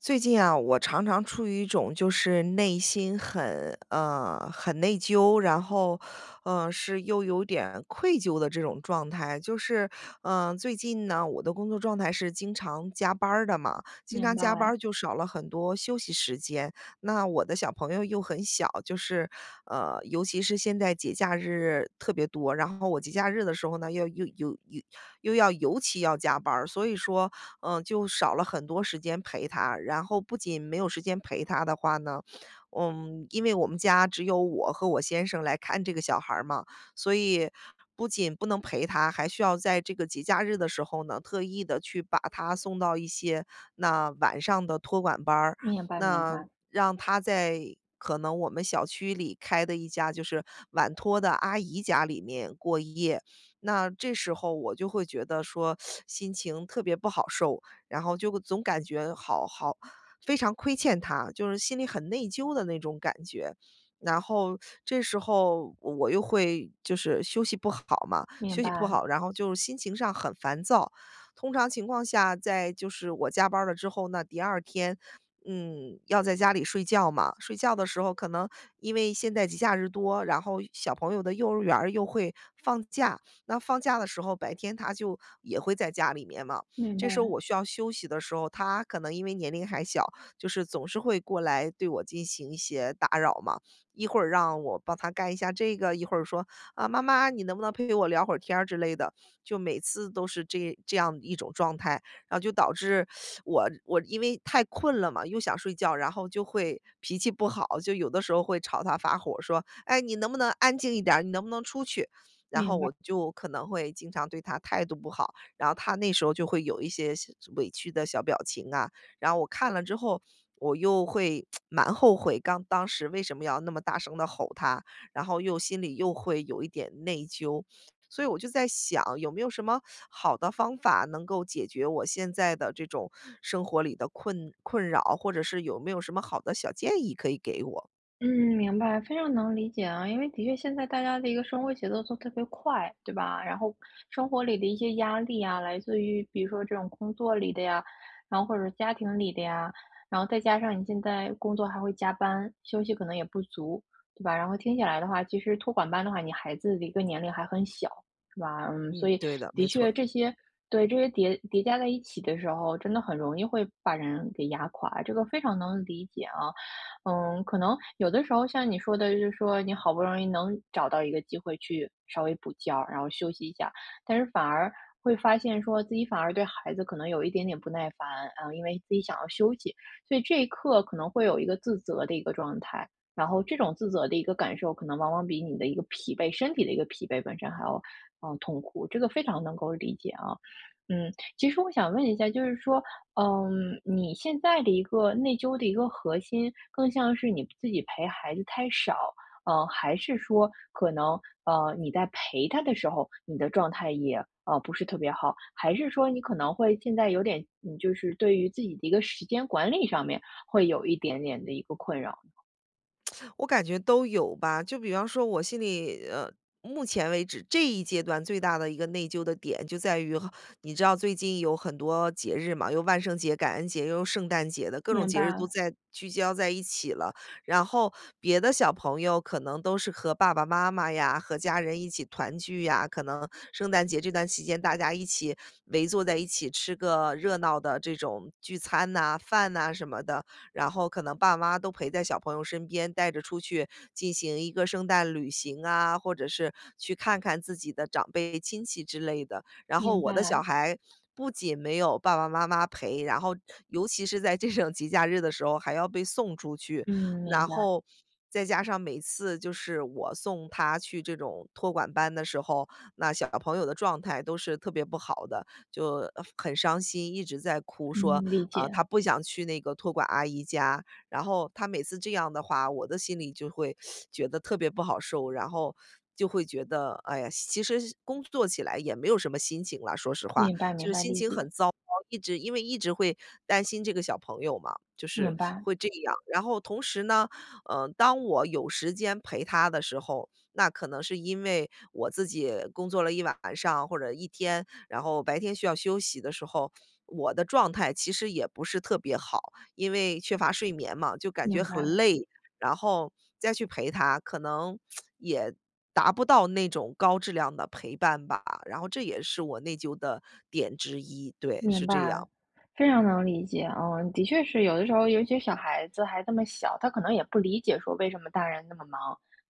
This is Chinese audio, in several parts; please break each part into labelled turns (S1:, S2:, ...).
S1: 最近啊，我常常处于一种就是内心很很内疚，然后是又有点愧疚的这种状态。就是最近呢，我的工作状态是经常加班儿的嘛，经
S2: 明
S1: 常加班
S2: 白，
S1: 儿就少了很多休息时间。那我的小朋友又很小，就是尤其是现在节假日特别多，然后我节假日的时候呢，要又又又又要尤其要加班儿，所以说就少了很多时间陪他。然后不仅没有时间陪他的话呢，嗯，因为我们家只有我和我先生来看这个小孩儿嘛，所以不仅不能陪他，还需要在这个节假日的时候呢，特意的去把他送到一些那晚上的托管班儿，
S2: 明白，明
S1: 那
S2: 白，
S1: 让他在可能我们小区里开的一家，就是晚托的阿姨家里面过夜。那这时候我就会觉得说心情特别不好受，然后就总感觉非常亏欠他，就是心里很内疚的那种感觉。然后这时候我又会就是休息不好嘛，
S2: 明
S1: 休息不
S2: 白，
S1: 好，然后就是心情上很烦躁。通常情况下，在就是我加班了之后呢，第二天，嗯，要在家里睡觉嘛。睡觉的时候，可能因为现在节假日多，然后小朋友的幼儿园儿又会放假，那放假的时候，白天他就也会在家里面嘛，
S2: 明白，
S1: 这时候我需要休息的时候，他可能因为年龄还小，就是总是会过来对我进行一些打扰嘛。一会儿让我帮他干一下这个，一会儿说，啊，妈妈，你能不能陪我聊会儿天儿之类的，就每次都是这样一种状态，然后就导致我因为太困了嘛，又想睡觉，然后就会脾气不好，就有的时候会朝他发火，说，哎，你能不能安静一点儿？你能不能出去？然后
S2: 明白。
S1: 我就可能会经常对他态度不好，然后他那时候就会有一些小委屈的小表情啊，然后我看了之后，我又会 蛮后悔，刚当时为什么要那么大声的吼他，然后又心里又会有一点内疚，所以我就在想，有没有什么好的方法能够解决我现在的这种生活里的困扰，或者是有没有什么好的小建议可以给我？
S2: 嗯，明白，非常能理解啊，因为的确现在大家的一个生活节奏都特别快，对吧？然后生活里的一些压力啊，来自于比如说这种工作里的呀，然后或者家庭里的呀，然后再加上你现在工作还会加班，休息可能也不足，对吧？然后听起来的话，其实托管班的话，你孩子的一个年龄还很小，是吧？嗯，所
S1: 嗯，
S2: 以
S1: 对的，
S2: 的
S1: 没
S2: 确
S1: 错。
S2: 这些对这些叠加在一起的时候，真的很容易会把人给压垮，这个非常能理解啊。可能有的时候像你说的，就是说你好不容易能找到一个机会去稍微补觉，然后休息一下，但是反而会发现说自己反而对孩子可能有一点点不耐烦，因为自己想要休息，所以这一刻可能会有一个自责的一个状态，然后这种自责的一个感受，可能往往比你的一个疲惫，身体的一个疲惫本身还要，痛苦，这个非常能够理解啊。嗯，其实我想问一下，就是说，你现在的一个内疚的一个核心，更像是你自己陪孩子太少，还是说可能你在陪他的时候，你的状态也不是特别好，还是说你可能会现在有点，就是对于自己的一个时间管理上面会有一点点的一个困扰？
S1: 我感觉都有吧。就比方说我心里目前为止这一阶段最大的一个内疚的点就在于，你知道最近有很多节日嘛，有万圣节、感恩节，又有圣诞节的，各种
S2: 明
S1: 节日都
S2: 白，
S1: 在聚焦在一起了。然后别的小朋友可能都是和爸爸妈妈呀、和家人一起团聚呀，可能圣诞节这段期间大家一起围坐在一起吃个热闹的这种聚餐呐、饭呐、什么的。然后可能爸妈都陪在小朋友身边，带着出去进行一个圣诞旅行啊，或者是去看看自己的长辈亲戚之类的。然后
S2: 明
S1: 我的小
S2: 白，
S1: 孩不仅没有爸爸妈妈陪，然后尤其是在这种节假日的时候还要被送出去，
S2: 嗯，明
S1: 然
S2: 白，
S1: 后再加上每次就是我送他去这种托管班的时候，那小朋友的状态都是特别不好的。就很伤心，一直在哭说，
S2: 嗯，理
S1: 啊、
S2: 解，
S1: 他不想去那个托管阿姨家。然后他每次这样的话，我的心里就会觉得特别不好受，然后就会觉得，哎呀，其实工作起来也没有什么心情了，说实话，
S2: 明白，明
S1: 就是
S2: 白，
S1: 心
S2: 理
S1: 情很
S2: 解，
S1: 糟糕，一直因为一直会担心这个小朋友嘛，就
S2: 明
S1: 是
S2: 白，
S1: 会这样。然后同时呢，当我有时间陪他的时候，那可能是因为我自己工作了一晚上或者一天，然后白天需要休息的时候，我的状态其实也不是特别好，因为缺乏睡眠嘛，就感觉
S2: 明
S1: 很
S2: 白。
S1: 累，然后再去陪他，可能也达不到那种高质量的陪伴吧。然后这也是我内疚的点之一，对，
S2: 明
S1: 是
S2: 白，
S1: 这样。
S2: 非常能理解。嗯，的确是有的时候，尤其小孩子还这么小，他可能也不理解说为什么大人那么忙，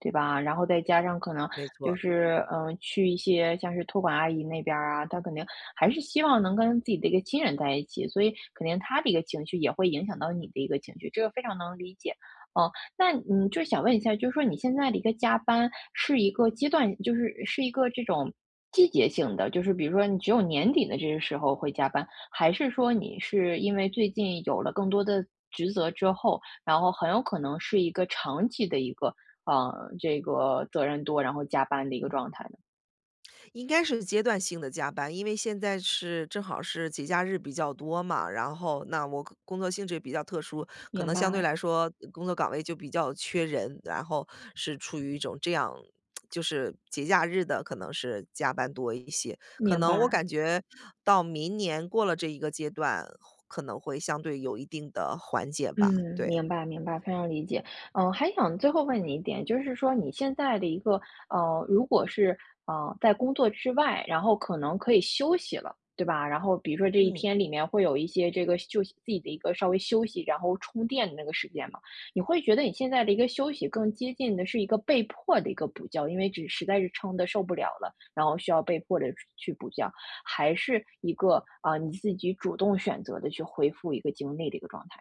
S2: 对吧？然后再加上可能就是，去一些像是托管阿姨那边儿啊，他肯定还是希望能跟自己的一个亲人在一起，所以肯定他的一个情绪也会影响到你的一个情绪，这个非常能理解。嗯，那就是想问一下，就是说你现在的一个加班是一个阶段，是一个这种季节性的，就是比如说你只有年底的这个时候会加班，还是说你是因为最近有了更多的职责之后，然后很有可能是一个长期的一个，呃，这个责任多，然后加班的一个状态呢？
S1: 应该是阶段性的加班，因为现在是正好是节假日比较多嘛，然后那我工作性质也比较特殊，可
S2: 明
S1: 能相对
S2: 白，
S1: 来说工作岗位就比较缺人，然后是处于一种这样，就是节假日的可能是加班多一些，可
S2: 明
S1: 能我
S2: 白。
S1: 感觉到明年过了这一个阶段，可能会相对有一定的缓解吧，
S2: 嗯，
S1: 对。
S2: 明白明白，非常理解。还想最后问你一点，就是说你现在的一个如果是在工作之外，然后可能可以休息了，对吧？然后比如说这一
S1: 嗯。
S2: 天里面会有一些这个休息自己的一个稍微休息，然后充电的那个时间嘛，你会觉得你现在的一个休息更接近的是一个被迫的一个补觉，因为只实在是撑的受不了了，然后需要被迫的去补觉，还是一个你自己主动选择的去恢复一个精力的一个状态？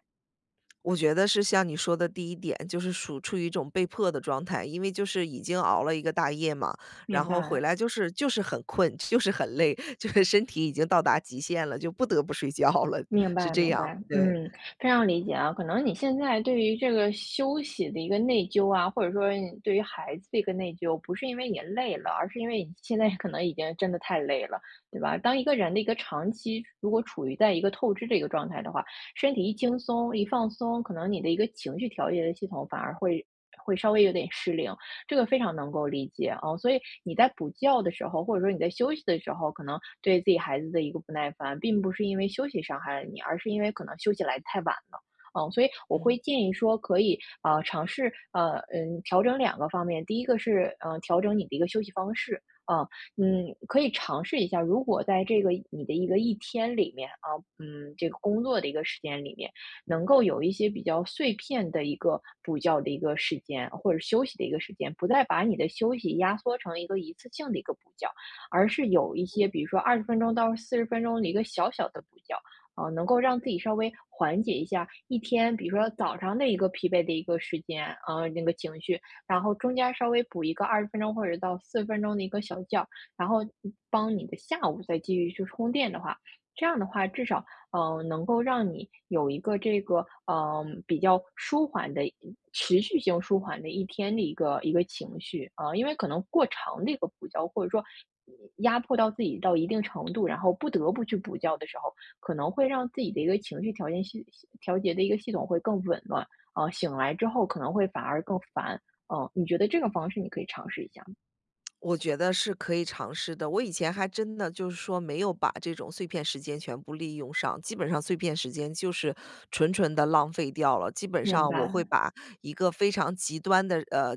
S1: 我觉得是像你说的第一点，就是处于一种被迫的状态，因为就是已经熬了一个大夜嘛，然
S2: 明
S1: 后回
S2: 白，
S1: 来就是很困，就是很累，就是身体已经到达极限了，就不得不睡觉了，
S2: 明
S1: 是
S2: 白，
S1: 这
S2: 明
S1: 样，
S2: 白，
S1: 对，
S2: 嗯，非常理解啊。可能你现在对于这个休息的一个内疚啊，或者说你对于孩子的一个内疚，不是因为你累了，而是因为你现在可能已经真的太累了，对吧？当一个人的一个长期如果处于在一个透支的一个状态的话，身体一轻松一放松，可能你的一个情绪调节的系统反而会稍微有点失灵，这个非常能够理解啊。所以你在补觉的时候，或者说你在休息的时候，可能对自己孩子的一个不耐烦，并不是因为休息伤害了你，而是因为可能休息来得太晚了。所以我会
S1: 嗯。
S2: 建议说，可以啊，尝试调整两个方面，第一个是调整你的一个休息方式，啊、可以尝试一下，如果在这个你的一个一天里面啊，这个工作的一个时间里面，能够有一些比较碎片的一个补觉的一个时间，或者休息的一个时间，不再把你的休息压缩成一个一次性的一个补觉，而是有一些比如说二十分钟到四十分钟的一个小小的补觉，啊，能够让自己稍微缓解一下一天，比如说早上的一个疲惫的一个时间，那个情绪，然后中间稍微补一个二十分钟或者到四十分钟的一个小觉，然后帮你的下午再继续去充电的话，这样的话至少能够让你有一个这个，比较舒缓的持续性舒缓的一天的一个情绪。因为可能过长的一个补觉，或者说压迫到自己到一定程度，然后不得不去补觉的时候，可能会让自己的一个情绪调节的一个系统会更紊乱，醒来之后可能会反而更烦。嗯，你觉得这个方式你可以尝试一下吗
S1: 我觉得是可以尝试的。我以前还真的就是说没有把这种碎片时间全部利用上，基本上碎片时间就是纯纯的浪费掉了。基本
S2: 明
S1: 上我会
S2: 白。
S1: 把一个非常极端的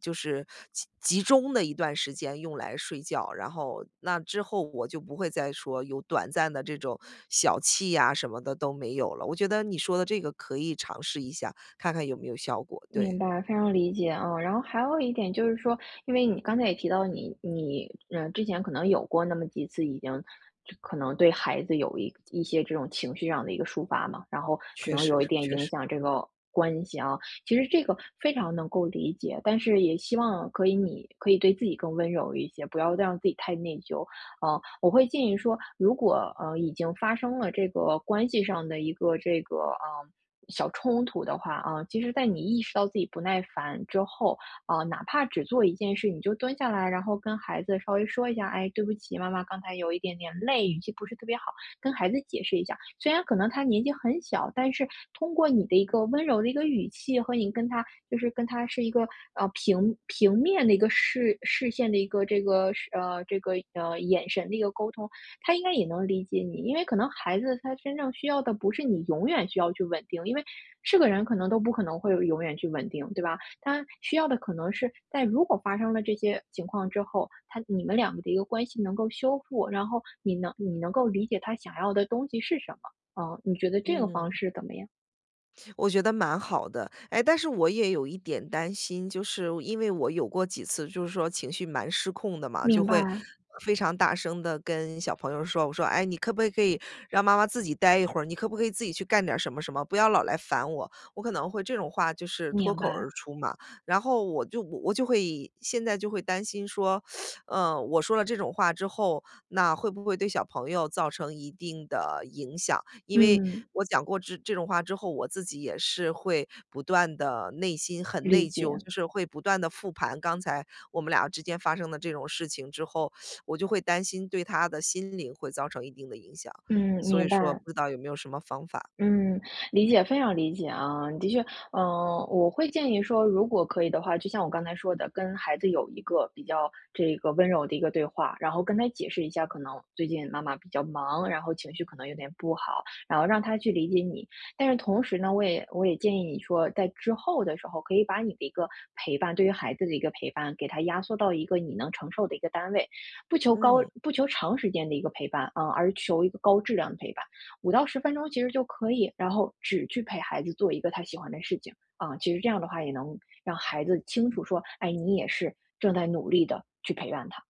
S1: 就是集中的一段时间用来睡觉，然后那之后我就不会再说有短暂的这种小憩呀什么的都没有了。我觉得你说的这个可以尝试一下，看看有没有效果，对，
S2: 明白，非常理解啊。然后还有一点就是说，因为你刚才也提到你之前可能有过那么几次已经就可能对孩子有一些这种情绪上的一个抒发嘛，然后可
S1: 确
S2: 能
S1: 实
S2: 有一
S1: 是
S2: 点
S1: 确
S2: 影
S1: 实，
S2: 响这个关系啊。其实这个非常能够理解，但是也希望可以你对自己更温柔一些，不要让自己太内疚。我会建议说，如果已经发生了这个关系上的一个这个小冲突的话其实，在你意识到自己不耐烦之后哪怕只做一件事，你就蹲下来，然后跟孩子稍微说一下，哎，对不起，妈妈刚才有一点点累，语气不是特别好，跟孩子解释一下。虽然可能他年纪很小，但是通过你的一个温柔的一个语气和你跟他就是跟他是一个平面的一个视线的一个这个眼神的一个沟通，他应该也能理解你，因为可能孩子他真正需要的不是你永远需要去稳定，因为是个人可能都不可能会永远去稳定，对吧？他需要的可能是在如果发生了这些情况之后，他你们两个的一个关系能够修复，然后你能够理解他想要的东西是什么。嗯，你觉得这个方
S1: 嗯。
S2: 式怎么样？
S1: 我觉得蛮好的。哎，但是我也有一点担心，就是因为我有过几次就是说情绪蛮失控的嘛，就
S2: 明
S1: 会
S2: 白，
S1: 非常大声的跟小朋友说，我说："哎，你可不可以让妈妈自己待一会儿？你可不可以自己去干点什么什么？不要老来烦我。"我可能会这种话就是脱
S2: 明
S1: 口而
S2: 白，
S1: 出嘛，然后我就会现在就会担心说，嗯，我说了这种话之后，那会不会对小朋友造成一定的影响？因为
S2: 嗯，
S1: 我讲过这种话之后，我自己也是会不断的内心很
S2: 理
S1: 内疚，
S2: 解，
S1: 就是会不断的复盘刚才我们俩之间发生的这种事情之后，我就会担心对他的心灵会造成一定的影响，
S2: 嗯，
S1: 所以
S2: 明
S1: 说
S2: 白。
S1: 不知道有没有什么方法？
S2: 嗯，理解，非常理解啊，的确，嗯，我会建议说，如果可以的话，就像我刚才说的，跟孩子有一个比较这个温柔的一个对话，然后跟他解释一下，可能最近妈妈比较忙，然后情绪可能有点不好，然后让他去理解你。但是同时呢，我也建议你说，在之后的时候，可以把你的一个陪伴，对于孩子的一个陪伴，给他压缩到一个你能承受的一个单位，不求高，
S1: 嗯。
S2: 不求长时间的一个陪伴，嗯，而求一个高质量的陪伴。5到10分钟其实就可以，然后只去陪孩子做一个他喜欢的事情。啊，其实这样的话也能让孩子清楚说，哎，你也是正在努力的去陪伴他。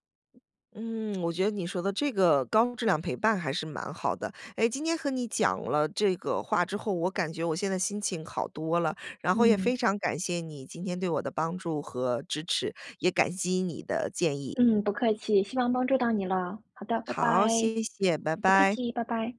S1: 嗯，我觉得你说的这个高质量陪伴还是蛮好的。哎，今天和你讲了这个话之后，我感觉我现在心情好多了，然后也非
S2: 嗯，
S1: 常感谢你今天对我的帮助和支持，也感激你的建议。
S2: 嗯，不客气，希望帮助到你了。好的，拜拜。
S1: 好，谢谢，拜
S2: 不客
S1: 拜。
S2: 气，拜拜。